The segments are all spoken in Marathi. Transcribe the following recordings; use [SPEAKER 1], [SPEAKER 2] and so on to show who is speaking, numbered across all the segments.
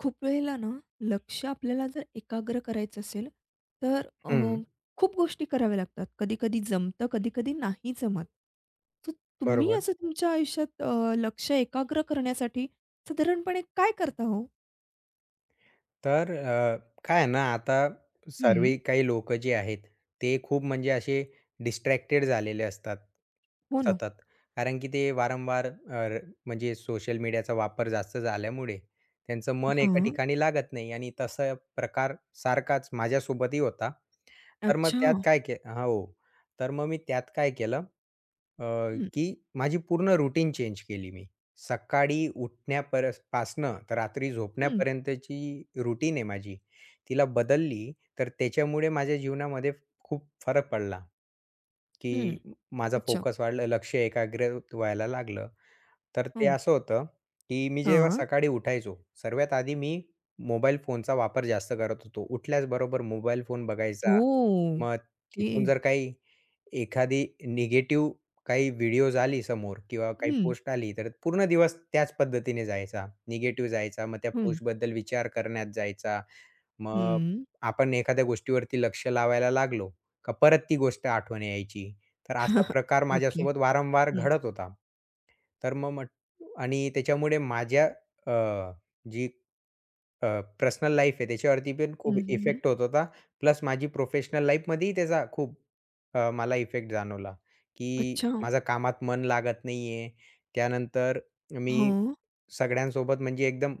[SPEAKER 1] खूप वेळेला ना, लक्ष आपल्याला जर एकाग्र करायचं असेल, तर
[SPEAKER 2] हं,
[SPEAKER 1] खूप गोष्टी कराव्या लागतात. कधी-कधी जमतं, कधी-कधी नाही जमत. तर तुम्ही
[SPEAKER 2] बरोबर.
[SPEAKER 1] असं तुमच्या आयुष्यात लक्ष एकाग्र करण्यासाठी साधारणपणे काय करता हो?
[SPEAKER 2] तर काय आहे ना, आता
[SPEAKER 1] हं.
[SPEAKER 2] सर्वे काही लोक जे आहेत, ते खूप म्हणजे असे डिस्ट्रॅक्टेड झालेले असतात
[SPEAKER 1] हो ना.
[SPEAKER 2] सतत. कारण की ते वारंवार र- म्हणजे सोशल मीडियाचा वापर जास्त झाल्यामुळे त्यांचं मन एका
[SPEAKER 1] हां.
[SPEAKER 2] ठिकाणी लागत नाही आणि तसा प्रकार सारखाच माझ्यासोबतही होता. तर मग
[SPEAKER 1] अच्छा.
[SPEAKER 2] त्यात काय के हो. तर मग मी त्यात काय केलं अ,
[SPEAKER 1] हं,
[SPEAKER 2] की माझी पूर्ण रुटीन चेंज केली मी. सकाळी पासनं तर रात्री
[SPEAKER 1] हं,
[SPEAKER 2] झोपण्यापर्यंतची रुटीन आहे माझी. तिला बदलली तर त्याच्यामुळे माझ्या जीवनामध्ये खूप फरक पडला, की
[SPEAKER 1] हं.
[SPEAKER 2] माझा
[SPEAKER 1] अच्छा.
[SPEAKER 2] फोकस वाढला, लक्ष एकाग्र व्हायला लागलं. तर ते
[SPEAKER 1] हं.
[SPEAKER 2] असं होतं, की मी जेव्हा
[SPEAKER 1] हां.
[SPEAKER 2] सकाळी उठायचो, सर्वात आधी मी मोबाईल फोनचा वापर जास्त करत होतो. उठल्याचबरोबर मोबाईल फोन बघायचा.
[SPEAKER 1] ओह!
[SPEAKER 2] मग
[SPEAKER 1] ओके.
[SPEAKER 2] तिथून जर काही एखादी निगेटिव्ह काही व्हिडिओज आली समोर किंवा काही
[SPEAKER 1] हं,
[SPEAKER 2] पोस्ट आली, तर पूर्ण दिवस त्याच पद्धतीने जायचा. निगेटिव्ह जायचा. मग त्या
[SPEAKER 1] हं,
[SPEAKER 2] पोस्टबद्दल विचार करण्यात जायचा. मग
[SPEAKER 1] हं.
[SPEAKER 2] आपण एखाद्या गोष्टीवरती लक्ष लावायला लागलो, का परत ती गोष्ट आठवण यायची. तर असा प्रकार
[SPEAKER 1] ओके.
[SPEAKER 2] माझ्यासोबत वारंवार
[SPEAKER 1] हं,
[SPEAKER 2] घडत होता. तर मग म्हट आणि त्याच्यामुळे माझ्या अ, जी अ, पर्सनल लाईफ आहे त्याच्यावरती पण खूप
[SPEAKER 1] हं, हं.
[SPEAKER 2] इफेक्ट होत होता. प्लस माझी प्रोफेशनल लाईफमध्येही त्याचा खूप मला इफेक्ट जाणवला, की
[SPEAKER 1] अच्छा.
[SPEAKER 2] माझं कामात मन लागत नाहीये. त्यानंतर मी
[SPEAKER 1] हां.
[SPEAKER 2] सगळ्यांसोबत म्हणजे एकदम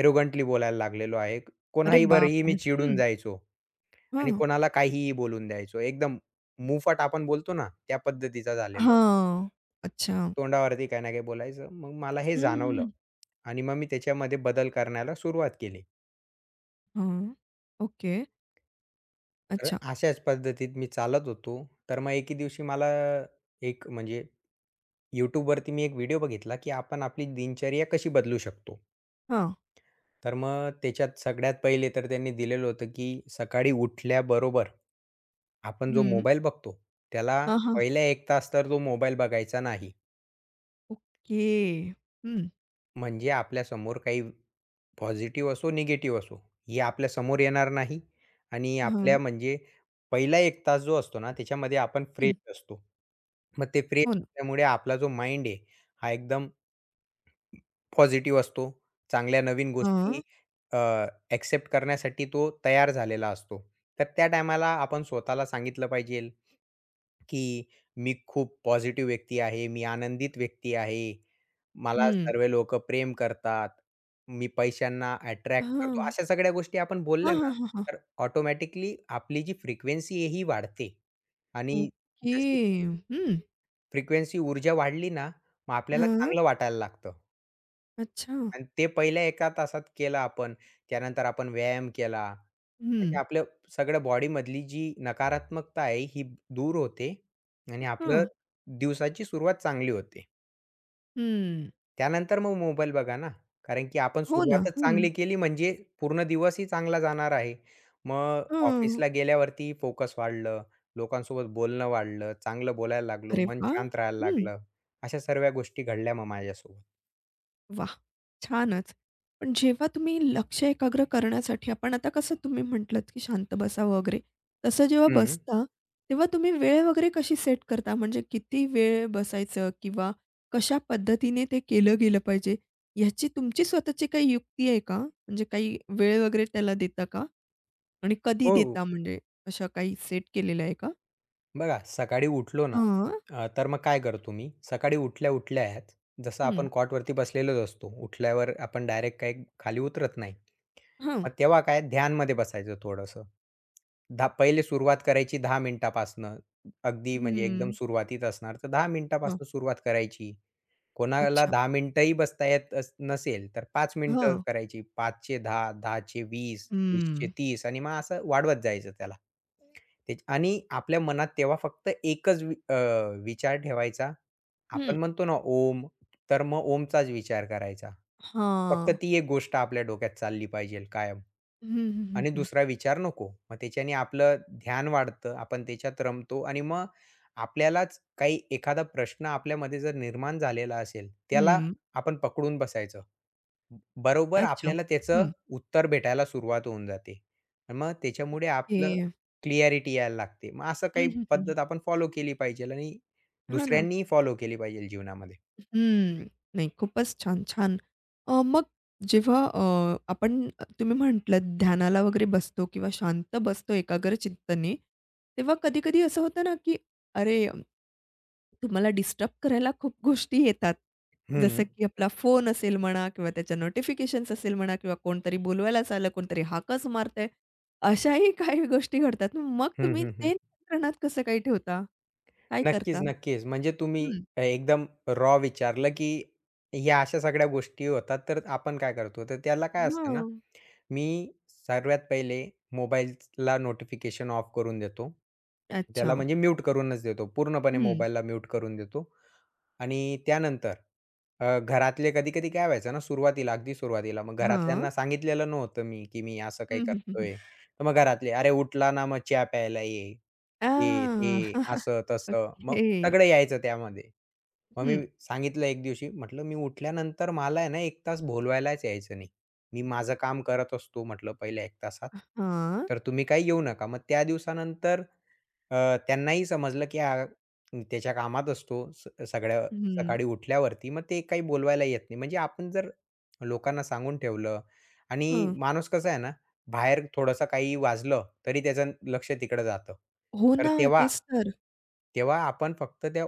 [SPEAKER 2] एरोगंटली बोलायला लागलेलो आहे.
[SPEAKER 1] अरे
[SPEAKER 2] कोणाहीवरही
[SPEAKER 1] बापरे!
[SPEAKER 2] मी चिडून
[SPEAKER 1] हं.
[SPEAKER 2] जायचो आणि
[SPEAKER 1] हां.
[SPEAKER 2] कोणाला काहीही बोलून द्यायचो. एकदम मुफट आपण बोलतो ना, त्या पद्धतीचा झालेलो होतो.
[SPEAKER 1] हां. अच्छा.
[SPEAKER 2] तोंडावरती काही ना काही बोलायचं. मग मला हे
[SPEAKER 1] हं, हं,
[SPEAKER 2] जाणवलं
[SPEAKER 1] हं.
[SPEAKER 2] आणि मग मी त्याच्यामध्ये बदल करण्याला सुरुवात केली.
[SPEAKER 1] हां. ओके.
[SPEAKER 2] तर
[SPEAKER 1] अच्छा.
[SPEAKER 2] अशाच पद्धतीत मी चालत होतो. तर मग एके दिवशी मला एक म्हणजे YouTubeवरती मी एक व्हिडिओ बघितला, की आपण आपली दिनचर्या कशी बदलू शकतो.
[SPEAKER 1] हां.
[SPEAKER 2] तर मग त्याच्यात सगळ्यात पहिले तर त्यांनी दिलेलं होतं, की सकाळी उठल्याबरोबर आपण जो
[SPEAKER 1] हं.
[SPEAKER 2] मोबाईल बघतो, त्याला
[SPEAKER 1] हां, हां.
[SPEAKER 2] पहिला 1 तास तर तो मोबाईल बघायचा नाही.
[SPEAKER 1] ओके. हं.
[SPEAKER 2] म्हणजे आपल्यासमोर काही पॉझिटिव्ह असो, निगेटिव्ह असो, हे आपल्या समोर येणार नाही आणि आपल्या
[SPEAKER 1] हां.
[SPEAKER 2] म्हणजे पहिला 1 तास जो असतो ना, त्याच्यामध्ये आपण
[SPEAKER 1] हं.
[SPEAKER 2] फ्रेश असतो. मग ते फ्रेश
[SPEAKER 1] हो ना.
[SPEAKER 2] असल्यामुळे आपला जो माइंड आहे, हा एकदम पॉझिटिव्ह असतो. चांगल्या नवीन गोष्टी
[SPEAKER 1] हां.
[SPEAKER 2] अ, एक्सेप्ट करण्यासाठी तो तयार झालेला असतो. तर त्या टायमाला आपण स्वतःला सांगितलं पाहिजे की मी खूप पॉझिटिव्ह व्यक्ती आहे, मी आनंदित व्यक्ती आहे. मला
[SPEAKER 1] हं.
[SPEAKER 2] सर्व लोकं प्रेम करतात. मी पैशांना अट्रॅक्ट करतो.
[SPEAKER 1] हां.
[SPEAKER 2] अशा सगळ्या गोष्टी आपण
[SPEAKER 1] हां,
[SPEAKER 2] बोलल्या
[SPEAKER 1] हां,
[SPEAKER 2] ना,
[SPEAKER 1] हां, हां.
[SPEAKER 2] तर ऑटोमॅटिकली आपली जी फ्रिक्वेन्सी आहे ही वाढते आणि
[SPEAKER 1] ओके.
[SPEAKER 2] जशी ती
[SPEAKER 1] हं.
[SPEAKER 2] फ्रिक्वेन्सी ऊर्जा वाढली ना, मग आपल्याला
[SPEAKER 1] हां.
[SPEAKER 2] चांगलं वाटायला लागतं.
[SPEAKER 1] अच्छा.
[SPEAKER 2] आणि ते पहिल्या एका तासात केलं आपण, त्यानंतर आपण व्यायाम केला. म्हणजे
[SPEAKER 1] हं.
[SPEAKER 2] आपल्या सगळ्या बॉडीमधली जी नकारात्मकता आहे ही दूर होते आणि आपलं
[SPEAKER 1] हां.
[SPEAKER 2] दिवसाची सुरुवात चांगली होते.
[SPEAKER 1] हं.
[SPEAKER 2] त्यानंतर मग मोबाईल बघा ना, कारण की आपण
[SPEAKER 1] हो ना.
[SPEAKER 2] सुरुवातच
[SPEAKER 1] हं.
[SPEAKER 2] चांगली केली म्हणजे पूर्ण दिवसही चांगला जाणार आहे. मग
[SPEAKER 1] हां.
[SPEAKER 2] ऑफिसला गेल्यावरती फोकस वाढलं, लोकांसोबत बोलणं वाढलं, चांगलं बोलायला लागलो,
[SPEAKER 1] अरे
[SPEAKER 2] मन
[SPEAKER 1] वाह!
[SPEAKER 2] शांत राहायला
[SPEAKER 1] हं.
[SPEAKER 2] लागलं. अशा सर्व गोष्टी घडल्या मग माझ्यासोबत.
[SPEAKER 1] वाह! छानच. पण जेव्हा तुम्ही लक्ष एकाग्र करण्यासाठी आपण आता कसं तुम्ही म्हटलत, की शांत बसावं वगैरे, तसं जेव्हा
[SPEAKER 2] हं.
[SPEAKER 1] बसता, तेव्हा तुम्ही वेळ वगैरे कशी सेट करता? म्हणजे किती वेळ बसायचं किंवा कशा पद्धतीने ते केलं गेलं पाहिजे, ह्याची तुमची स्वतःची काही युक्ती आहे का? म्हणजे काही वेळ वगैरे त्याला देता का? आणि कधी
[SPEAKER 2] हो.
[SPEAKER 1] देता म्हणजे अशा काही सेट केलेल्या आहे का?
[SPEAKER 2] बघा, सकाळी उठलो ना,
[SPEAKER 1] हां.
[SPEAKER 2] तर मग काय करतो मी, सकाळी उठल्या-उठल्या ह्याच जसं
[SPEAKER 1] हं.
[SPEAKER 2] आपण कॉटवरती बसलेलोच असतो. उठल्यावर आपण डायरेक्ट काही खाली उतरत नाही.
[SPEAKER 1] हां.
[SPEAKER 2] मग तेव्हा काय ध्यानमध्ये बसायचं थोडंसं. पहिले सुरुवात करायची 10 मिनिटापासनं. अगदी म्हणजे एकदम
[SPEAKER 1] हं.
[SPEAKER 2] सुरुवातीत असणार, तर 10
[SPEAKER 1] हां.
[SPEAKER 2] मिनिटापासून सुरुवात करायची. कोणाला
[SPEAKER 1] अच्छा.
[SPEAKER 2] 10 मिनिटंही बसता येत अस नसेल, तर 5 मिनिटं
[SPEAKER 1] हां.
[SPEAKER 2] करायची. 5 चे 10, 10 चे 20,
[SPEAKER 1] हं.
[SPEAKER 2] आणि मग असं वाढवत जायचं त्याला. ते आणि आपल्या मनात तेव्हा फक्त एकच विचार ठेवायचा.
[SPEAKER 1] हं.
[SPEAKER 2] आपण म्हणतो ना ओम, तर मग ओमचाच विचार करायचा. फक्त
[SPEAKER 1] हां.
[SPEAKER 2] ती एक गोष्ट आपल्या डोक्यात चालली पाहिजे कायम.
[SPEAKER 1] हं, हं, हं,
[SPEAKER 2] आणि
[SPEAKER 1] हं.
[SPEAKER 2] दुसरा विचार नको. मग त्याच्याने आपलं ध्यान वाढतं. आपण त्याच्यात रमतो आणि मग आपल्यालाच काही एखादा प्रश्न आपल्यामध्ये जर निर्माण झालेला असेल, त्याला
[SPEAKER 1] हं.
[SPEAKER 2] आपण पकडून बसायचं. बरोबर
[SPEAKER 1] अच्छा.
[SPEAKER 2] आपल्याला त्याचं
[SPEAKER 1] हं.
[SPEAKER 2] उत्तर भेटायला सुरुवात होऊन जाते. आणि मग त्याच्यामुळे आपलं
[SPEAKER 1] हे
[SPEAKER 2] क्लॅरिटी यायला लागते. मग असं
[SPEAKER 1] हं,
[SPEAKER 2] काही
[SPEAKER 1] हं, हं.
[SPEAKER 2] पद्धत आपण फॉलो केली पाहिजेल आणि
[SPEAKER 1] हां ना.
[SPEAKER 2] दुसऱ्यांनीही फॉलो केली पाहिजेल जीवनामध्ये.
[SPEAKER 1] हं. नाही खूपच छान, छान. अ, मग जेव्हा अ, आपण तुम्ही म्हटलंत ध्यानाला वगैरे बसतो किंवा शांत बसतो एकाग्र चित्ताने, तेव्हा कधी-कधी असं होतं ना, की अरे, तुम्हाला डिस्टर्ब करायला खूप गोष्टी येतात. जसं
[SPEAKER 2] हं.
[SPEAKER 1] की आपला फोन असेल म्हणा किंवा त्याच्या नोटिफिकेशन्स असेल म्हणा किंवा कोणतरी बोलवायलाच आलं, कोणतरी हाकच मारतंय. अशाही काही गोष्टी घडतात. मग
[SPEAKER 2] हं,
[SPEAKER 1] तुम्ही
[SPEAKER 2] हं,
[SPEAKER 1] ते
[SPEAKER 2] हं.
[SPEAKER 1] नियंत्रणात कसं काही ठेवता? काय
[SPEAKER 2] नक्कीच,
[SPEAKER 1] करता?
[SPEAKER 2] नक्कीच. म्हणजे तुम्ही
[SPEAKER 1] हं.
[SPEAKER 2] एकदम रॉ विचारलं, की या अशा सगळ्या गोष्टी होतात, तर आपण काय करतो? तर त्याला काय असतं ना,
[SPEAKER 1] हां.
[SPEAKER 2] मी सर्वात पहिले मोबाईलला नोटिफिकेशन ऑफ करून देतो.
[SPEAKER 1] अच्छा.
[SPEAKER 2] त्याला म्हणजे म्यूट करूनच देतो. पूर्णपणे
[SPEAKER 1] हं.
[SPEAKER 2] मोबाईलला म्यूट करून देतो. आणि त्यानंतर घरातले कधी-कधी काय व्हायचं ना, सुरुवातीला, अगदी सुरुवातीला मग
[SPEAKER 1] हां.
[SPEAKER 2] घरातल्यांना सांगितलेलं नव्हतं मी, की मी असं काही
[SPEAKER 1] हं, हं, हं, हं.
[SPEAKER 2] करतोय. तर मग घरातले, "अरे उठला ना, मग चहा प्यायला ये." हे,
[SPEAKER 1] आ,
[SPEAKER 2] ते, असं-तसं. मग
[SPEAKER 1] ओके.
[SPEAKER 2] सगळं यायचं त्यामध्ये. मग मी
[SPEAKER 1] हं.
[SPEAKER 2] सांगितलं एक दिवशी, म्हटलं, "मी उठल्यानंतर मला आहे ना, 1 तास भोलवायलाच यायचं नाही. मी माझं काम करत असतो," म्हटलं, "पहिल्या 1 तासात.
[SPEAKER 1] हां.
[SPEAKER 2] तर तुम्ही काही येऊ नका." मग त्या दिवसानंतर अ, त्यांनाही समजलं, की हा त्याच्या कामात असतो सगळ्या
[SPEAKER 1] हं.
[SPEAKER 2] सकाळी उठल्यावरती मग ते काही बोलवायला येत नाही. म्हणजे आपण जर लोकांना सांगून ठेवलं आणि
[SPEAKER 1] हं.
[SPEAKER 2] माणूस कसा आहे ना, बाहेर थोडंसं काही वाजलं, तरी त्याचं लक्ष तिकडं जातं.
[SPEAKER 1] हो
[SPEAKER 2] तर
[SPEAKER 1] ना,
[SPEAKER 2] तेव्हा
[SPEAKER 1] तेच तर.
[SPEAKER 2] तेव्हा आपण फक्त त्या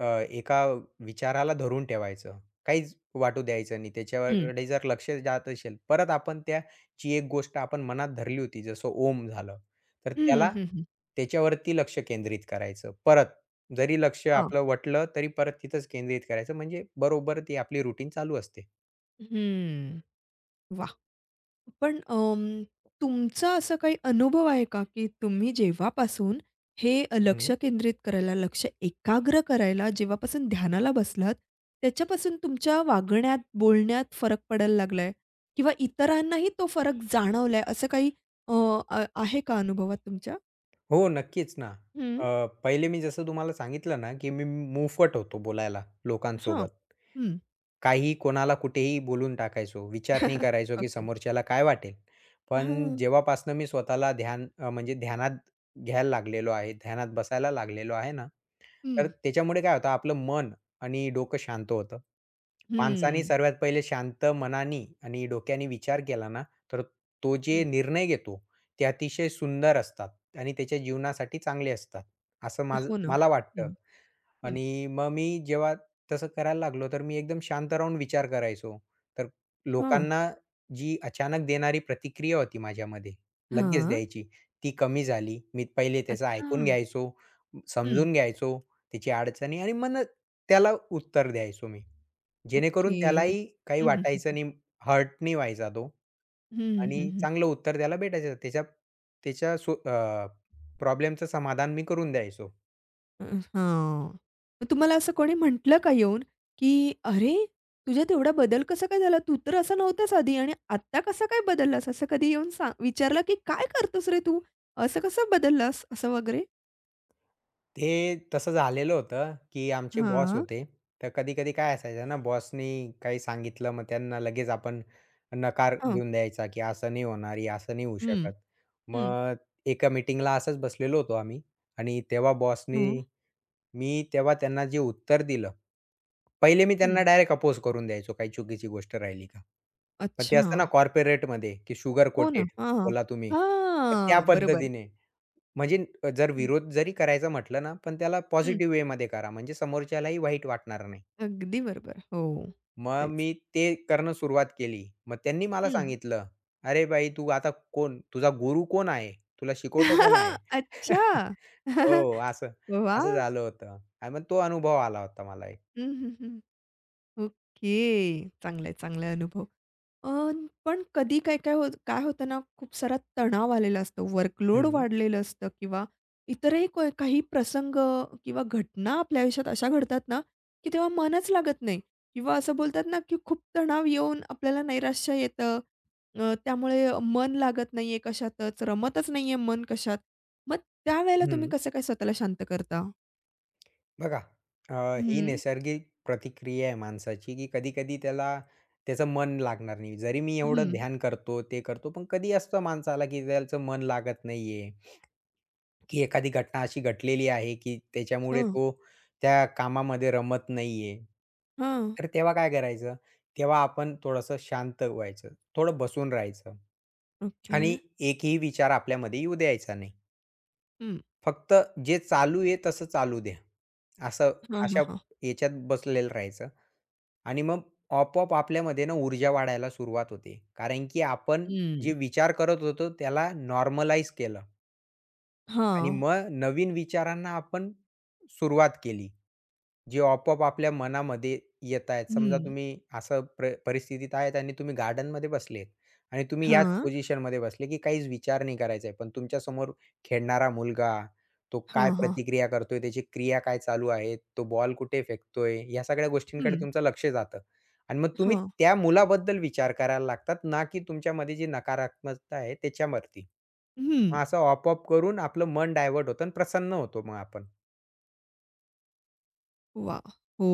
[SPEAKER 2] एका विचाराला धरून ठेवायचं. काहीच वाटू द्यायचं नाही.
[SPEAKER 1] हं.
[SPEAKER 2] त्याच्याकडे जर लक्ष जात असेल, परत आपण त्याची एक गोष्ट आपण मनात धरली होती, जसं ओम झालं, तर
[SPEAKER 1] हं,
[SPEAKER 2] त्याला
[SPEAKER 1] हं, हं.
[SPEAKER 2] त्याच्यावरती लक्ष केंद्रित करायचं. परत जरी लक्ष
[SPEAKER 1] हां.
[SPEAKER 2] आपलं वटलं, तरी परत तिथंच केंद्रित करायचं. म्हणजे बरोबर ती आपली रुटीन चालू असते.
[SPEAKER 1] हं. पण अं, तुमचा असा काही अनुभव आहे का, की तुम्ही जेव्हापासून हे लक्ष
[SPEAKER 2] हं.
[SPEAKER 1] केंद्रित करायला, लक्ष एकाग्र करायला जेव्हापासून ध्यानाला बसलात, त्याच्यापासून तुमच्या वागण्यात, बोलण्यात फरक पडायला लागलाय किंवा इतरांनाही तो फरक जाणवलाय असं काही अ, अ, आहे का अनुभवात तुमच्या?
[SPEAKER 2] हो, नक्कीच ना.
[SPEAKER 1] हं.
[SPEAKER 2] अ, पहिले मी जसं तुम्हाला सांगितलं ना, की मी मुफट होतो बोलायला
[SPEAKER 1] हां.
[SPEAKER 2] लोकांसोबत.
[SPEAKER 1] हं.
[SPEAKER 2] काही कोणाला, कुठेही बोलून टाकायचो. विचार नाही करायचो, की
[SPEAKER 1] ओके.
[SPEAKER 2] समोरच्याला काय वाटेल. पण
[SPEAKER 1] हां.
[SPEAKER 2] जेव्हापासनं मी स्वतःला म्हणजे ध्यानात घ्यायला लागलेलो आहे, ध्यानात बसायला लागलेलो आहे ना, तर
[SPEAKER 1] हं.
[SPEAKER 2] त्याच्यामुळे काय होतं आपलं मन आणि डोकं शांत होतं. माणसाने
[SPEAKER 1] हं.
[SPEAKER 2] सर्वात पहिले शांत मनानी आणि डोक्याने विचार केला ना, तर तो जे
[SPEAKER 1] हं.
[SPEAKER 2] निर्णय घेतो, ते अतिशय सुंदर असतात. आणि त्याच्या जीवनासाठी चांगले असतात, असं माझं
[SPEAKER 1] हो ना.
[SPEAKER 2] मला वाटतं.
[SPEAKER 1] हं. हं.
[SPEAKER 2] आणि मग मी जेव्हा तसं करायला लागलो, तर मी एकदम शांत राहून विचार करायचो. तर
[SPEAKER 1] हां.
[SPEAKER 2] लोकांना जी अचानक देणारी प्रतिक्रिया होती माझ्यामध्ये, लगेच
[SPEAKER 1] हां.
[SPEAKER 2] द्यायची, ती कमी झाली. मी पहिले त्याचं
[SPEAKER 1] अच्छा.
[SPEAKER 2] ऐकून घ्यायचो, समजून घ्यायचो त्याची अडचणी आणि मग त्याला उत्तर द्यायचो मी. जेणेकरून
[SPEAKER 1] ओके.
[SPEAKER 2] त्यालाही काही
[SPEAKER 1] हं, हं.
[SPEAKER 2] वाटायचं नाही, हर्ट नाही व्हायचा तो
[SPEAKER 1] हं, हं,
[SPEAKER 2] आणि
[SPEAKER 1] हं,
[SPEAKER 2] चांगलं उत्तर त्याला भेटायचं. त्याच्या त्याच्या प्रॉब्लेमचं समाधान मी करून द्यायचो.
[SPEAKER 1] अ, हां. मग तुम्हाला असं कोणी म्हटलं का येऊन, की "अरे, तुझ्यात एवढा बदल कसा काय झाला? तू तर असा नव्हतास आधी आणि आत्ता कसा काय बदललास?" असं कधी येऊन विचारलं, की "काय करतोस रे तू? असं कसं बदललास?" असं वगैरे?
[SPEAKER 2] ते तसं झालेलं होतं, की आमचे बॉस
[SPEAKER 1] हां.
[SPEAKER 2] होते. तर कधी-कधी काय असायचं ना, बॉसनी काही सांगितलं, मग त्यांना लगेच आपण नकार
[SPEAKER 1] हां.
[SPEAKER 2] देऊन द्यायचा, की असं नाही होणार, हे असं नाही होऊ
[SPEAKER 1] हं,
[SPEAKER 2] शकत.
[SPEAKER 1] हं,
[SPEAKER 2] मग एका मीटिंगला असंच बसलेलो होतो आम्ही आणि तेव्हा
[SPEAKER 1] हं.
[SPEAKER 2] बॉसनी मी तेव्हा त्यांना जे उत्तर दिलं, पहिले मी
[SPEAKER 1] हं.
[SPEAKER 2] त्यांना डायरेक्ट अपोज करून द्यायचो, काही चुकीची गोष्ट राहिली का. पण ते
[SPEAKER 1] अच्छा.
[SPEAKER 2] असतं ना कॉर्पोरेटमध्ये, की शुगर
[SPEAKER 1] हो ना.
[SPEAKER 2] कोटेड
[SPEAKER 1] हां.
[SPEAKER 2] बोला तुम्ही. तर त्या
[SPEAKER 1] हां. बरोबर.
[SPEAKER 2] पद्धतीने. म्हणजे जर
[SPEAKER 1] हं,
[SPEAKER 2] विरोध जरी करायचा म्हटलं ना, पण त्याला
[SPEAKER 1] हं.
[SPEAKER 2] पॉझिटिव्ह वेमध्ये करा, म्हणजे समोरच्यालाही वाईट वाटणार नाही.
[SPEAKER 1] अगदी बरोबर. हो.
[SPEAKER 2] मग
[SPEAKER 1] तेच.
[SPEAKER 2] मी ते करणं सुरुवात केली. मग त्यांनी मला सांगितलं, "अरे बाई तू आता कोण? तुझा गुरु कोण आहे? तुला शिकवतं कोण आहे?"
[SPEAKER 1] अच्छा.
[SPEAKER 2] हो, असं असं
[SPEAKER 1] वाह!
[SPEAKER 2] झालं होतं आणि मग तो अनुभव आला होता मला एक.
[SPEAKER 1] हं, हं, हं. ओके. चांगला चांगला अनुभव. अ, पण कधी काय-काय होत काय होतं ना, खूप सारा तणाव आलेला असतो, वर्कलोड
[SPEAKER 2] हं,
[SPEAKER 1] वाढलेलं असतं किंवा इतरही काही प्रसंग किंवा घटना आपल्या आयुष्यात अशा घडतात ना, की तेव्हा मनच लागत नाही किंवा असं बोलतात ना, की खूप तणाव येऊन आपल्याला नैराश्य येतं. अ, त्यामुळे मन लागत नाहीये कशातच, रमतच नाहीये मन कशात. मग त्यावेळेला तुम्ही
[SPEAKER 2] हं.
[SPEAKER 1] कसं काय स्वतःला शांत करता?
[SPEAKER 2] बघा, अ, ही
[SPEAKER 1] हं,
[SPEAKER 2] नैसर्गिक प्रतिक्रिया आहे माणसाची, की कधी-कधी त्याला त्याचं मन लागणार नाही. जरी मी एवढं
[SPEAKER 1] हं.
[SPEAKER 2] ध्यान करतो, ते करतो, पण कधी असतं माणसाला, की त्याचं मन लागत नाहीये, की एखादी घटना अशी घडलेली आहे, की त्याच्यामुळे
[SPEAKER 1] हां,
[SPEAKER 2] तो त्या कामामध्ये रमत नाहीये.
[SPEAKER 1] हां.
[SPEAKER 2] तर तेव्हा काय करायचं? तेव्हा आपण थोडंसं शांत व्हायचं, थोडं बसून राहायचं
[SPEAKER 1] ओके.
[SPEAKER 2] आणि एकही विचार आपल्यामध्ये येऊ द्यायचा नाही.
[SPEAKER 1] हं.
[SPEAKER 2] फक्त जे चालू आहे तसं चालू द्या. असं
[SPEAKER 1] हां, हां,
[SPEAKER 2] अशा
[SPEAKER 1] हां.
[SPEAKER 2] याच्यात बसलेलं राहायचं आणि मग आपोआप आपल्यामध्ये ना ऊर्जा वाढायला सुरुवात होते. कारण की आपण जे
[SPEAKER 1] हं.
[SPEAKER 2] विचार करत होतो त्याला नॉर्मलाईज केलं आणि
[SPEAKER 1] हां.
[SPEAKER 2] मग नवीन विचारांना आपण सुरुवात केली. जे आपोआप आपल्या मनामध्ये येत आहेत. समजा
[SPEAKER 1] हं.
[SPEAKER 2] तुम्ही असं परिस्थितीत आहेत आणि तुम्ही गार्डनमध्ये बसलेत आणि तुम्ही याच
[SPEAKER 1] हां.
[SPEAKER 2] पोझिशनमध्ये बसले, की काहीच विचार नाही करायचा आहे. पण तुमच्यासमोर खेळणारा मुलगा, तो काय
[SPEAKER 1] हां, हां.
[SPEAKER 2] प्रतिक्रिया करतोय, त्याची क्रिया काय चालू आहे, तो बॉल कुठे फेकतोय, या सगळ्या गोष्टींकडे
[SPEAKER 1] हं.
[SPEAKER 2] तुमचं लक्ष जातं. आणि मग तुम्ही
[SPEAKER 1] हां.
[SPEAKER 2] त्या मुलाबद्दल विचार करायला लागतात ना, की तुमच्यामध्ये जी नकारात्मकता आहे त्याच्यावरती.
[SPEAKER 1] हं.
[SPEAKER 2] मग असं आपोआप करून आपलं मन डायव्हर्ट होतं आणि प्रसन्न होतो मग आपण.
[SPEAKER 1] वा, हो.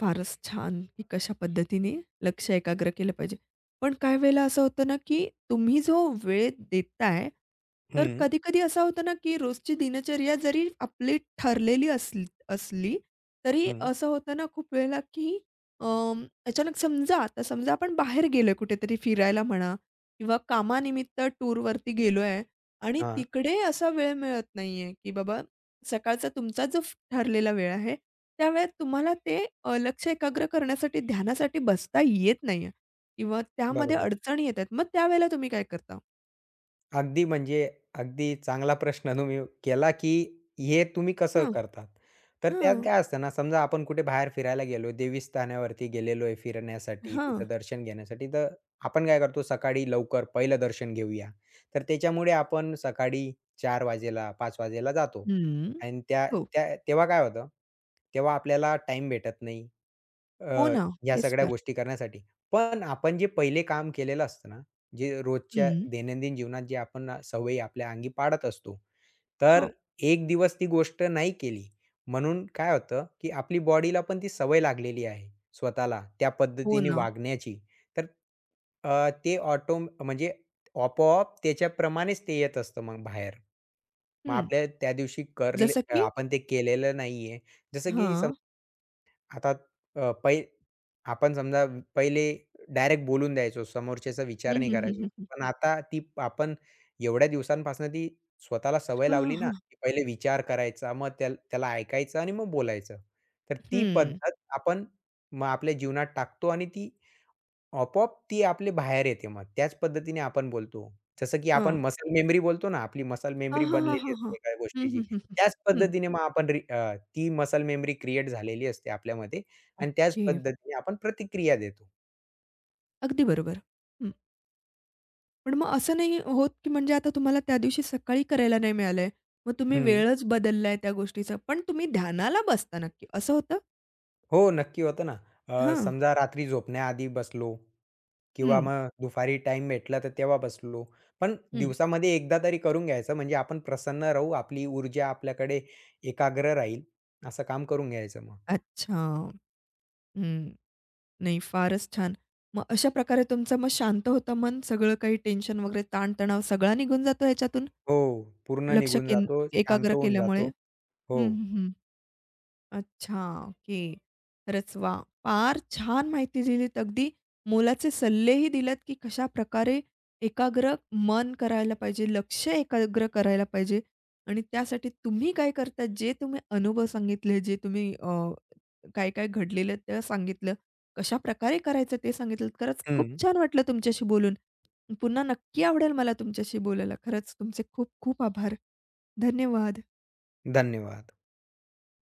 [SPEAKER 1] फारच छान, की कशा पद्धतीने लक्ष एकाग्र केलं पाहिजे. पण काही वेळेला असं होतं ना, की तुम्ही जो वेळ देताय, तर
[SPEAKER 2] हं,
[SPEAKER 1] कधी-कधी असं होतं ना, की रोजची दिनचर्या जरी आपली ठरलेली असली असली, तरी
[SPEAKER 2] हं.
[SPEAKER 1] असं होतं ना खूप वेळेला, की अचानक समजा आता समजा आपण बाहेर गेलोय कुठेतरी फिरायला म्हणा किंवा कामानिमित्त टूरवरती गेलोय आणि
[SPEAKER 2] हां,
[SPEAKER 1] तिकडे असा वेळ मिळत नाहीये, की बाबा सकाळचा तुमचा जो ठरलेला वेळ आहे त्यावेळेत तुम्हाला ते लक्ष एकाग्र करण्यासाठी ध्यानासाठी बसता येत नाहीये किंवा त्यामध्ये
[SPEAKER 2] बरोबर.
[SPEAKER 1] अडचणी येतात. मग त्यावेळेला तुम्ही काय करता?
[SPEAKER 2] अगदी म्हणजे अगदी चांगला प्रश्न तुम्ही केला, की हे तुम्ही कसं
[SPEAKER 1] हां,
[SPEAKER 2] करतात? तर त्यात
[SPEAKER 1] हां,
[SPEAKER 2] काय असतं ना, समजा आपण कुठे बाहेर फिरायला गेलो, देवीस्थानावरती गेलेलो आहे फिरण्यासाठी,
[SPEAKER 1] हां.
[SPEAKER 2] तिथं दर्शन घेण्यासाठी, तर आपण काय करतो, सकाळी लवकर पहिलं दर्शन घेऊया. तर त्याच्यामुळे आपण सकाळी 4 वाजेला, 5 वाजेला जातो
[SPEAKER 1] हं.
[SPEAKER 2] आणि त्या
[SPEAKER 1] हो.
[SPEAKER 2] त्या तेव्हा काय होतं, तेव्हा आपल्याला टाईम भेटत नाही
[SPEAKER 1] हो
[SPEAKER 2] अ,
[SPEAKER 1] ना.
[SPEAKER 2] ह्या
[SPEAKER 1] तेच
[SPEAKER 2] सगळ्या
[SPEAKER 1] तर.
[SPEAKER 2] गोष्टी करण्यासाठी. पण आपण जे पहिले काम केलेलं असतं ना जे रोजच्या
[SPEAKER 1] हं.
[SPEAKER 2] दैनंदिन जीवनात जे आपण सवयी आपल्या अंगी पाडत असतो. तर
[SPEAKER 1] हां.
[SPEAKER 2] एक दिवस ती गोष्ट नाही केली, म्हणून काय होतं, की आपली बॉडीला पण ती सवय लागलेली आहे स्वतःला त्या
[SPEAKER 1] हो
[SPEAKER 2] पद्धतीने
[SPEAKER 1] ना.
[SPEAKER 2] वागण्याची. तर ते ऑटो म्हणजे आपोआप त्याच्याप्रमाणेच ते येत असतं मग बाहेर. मग
[SPEAKER 1] हं.
[SPEAKER 2] आपल्या त्या दिवशी
[SPEAKER 1] जसं की
[SPEAKER 2] आपण ते केलेलं नाहीये. जसं की
[SPEAKER 1] हां.
[SPEAKER 2] आता अ, पै आपण समजा पहिले डायरेक्ट बोलून द्यायचो, समोरच्याचा
[SPEAKER 1] हं,
[SPEAKER 2] विचार नाही
[SPEAKER 1] हं, हं,
[SPEAKER 2] करायचो.
[SPEAKER 1] हं, हं.
[SPEAKER 2] पण आता ती आपण एवढ्या दिवसांपासून ती स्वतःला सवय
[SPEAKER 1] हां, हां,
[SPEAKER 2] लावली ना,
[SPEAKER 1] हां.
[SPEAKER 2] की पहिले विचार करायचा, मग त्याला ऐकायचं आणि मग बोलायचं. तर ती
[SPEAKER 1] हं.
[SPEAKER 2] पद्धत आपण मग आपल्या जीवनात टाकतो आणि ती आपोआप ती आपली बाहेर येते मग. त्याच पद्धतीने आपण बोलतो. जसं की आपण
[SPEAKER 1] हां.
[SPEAKER 2] मसल मेमरी बोलतो ना, आपली मसल
[SPEAKER 1] हां,
[SPEAKER 2] मेमरी
[SPEAKER 1] हां, हां,
[SPEAKER 2] बनलेली
[SPEAKER 1] हां, हां.
[SPEAKER 2] असते एका
[SPEAKER 1] हं,
[SPEAKER 2] गोष्टीची.
[SPEAKER 1] हं, हं, हं.
[SPEAKER 2] त्याच
[SPEAKER 1] हं.
[SPEAKER 2] पद्धतीने मग आपण ती मसल मेमरी क्रिएट झालेली असते आपल्यामध्ये आणि त्याच
[SPEAKER 1] ओके.
[SPEAKER 2] पद्धतीने आपण प्रतिक्रिया देतो.
[SPEAKER 1] अगदी बरोबर. पण मग असं नाही होत, की म्हणजे आता तुम्हाला त्या दिवशी सकाळी करायला नाही मिळालंय. मग तुम्ही
[SPEAKER 2] हं.
[SPEAKER 1] वेळच बदललाय त्या गोष्टीचा, पण तुम्ही ध्यानाला बसता नक्की असं होतं?
[SPEAKER 2] हो, नक्की होतं ना.
[SPEAKER 1] हां.
[SPEAKER 2] समजा रात्री झोपण्याआधी बसलो किंवा
[SPEAKER 1] हं.
[SPEAKER 2] मग दुपारी टाईम भेटला तर तेव्हा बसलो. पण
[SPEAKER 1] हं.
[SPEAKER 2] दिवसामध्ये एकदा तरी करून घ्यायचं म्हणजे आपण प्रसन्न राहू, आपली ऊर्जा आपल्याकडे एकाग्र राहील, असं काम करून घ्यायचं मग.
[SPEAKER 1] अच्छा. हं. नाही फारच छान. मग अशा प्रकारे तुमचं मग शांत होतं मन, सगळं काही टेन्शन वगैरे ताणतणाव सगळा निघून जातो ह्याच्यातून
[SPEAKER 2] हो, पूर्ण
[SPEAKER 1] लक्ष
[SPEAKER 2] निघून जातो,
[SPEAKER 1] एकाग्र
[SPEAKER 2] शांत होऊन
[SPEAKER 1] केल्यामुळे?
[SPEAKER 2] जातो. हो.
[SPEAKER 1] हं, हं, हं. अच्छा, ओके. खरंच वाह! फार छान माहिती दिलीत. अगदी मोलाचे सल्लेही दिलेत, की कशा प्रकारे एकाग्र मन करायला पाहिजे, लक्ष एकाग्र करायला पाहिजे आणि त्यासाठी तुम्ही काय करता, जे तुम्ही अनुभव सांगितले, जे तुम्ही काय-काय घडलेलं ते सांगितलं, कशाप्रकारे करायचं ते सांगितलंत. खरंच खूप
[SPEAKER 2] हं.
[SPEAKER 1] छान वाटलं तुमच्याशी बोलून. पुन्हा नक्की आवडेल मला तुमच्याशी बोलायला. खरंच तुमचे खूप खूप आभार. धन्यवाद.
[SPEAKER 2] धन्यवाद.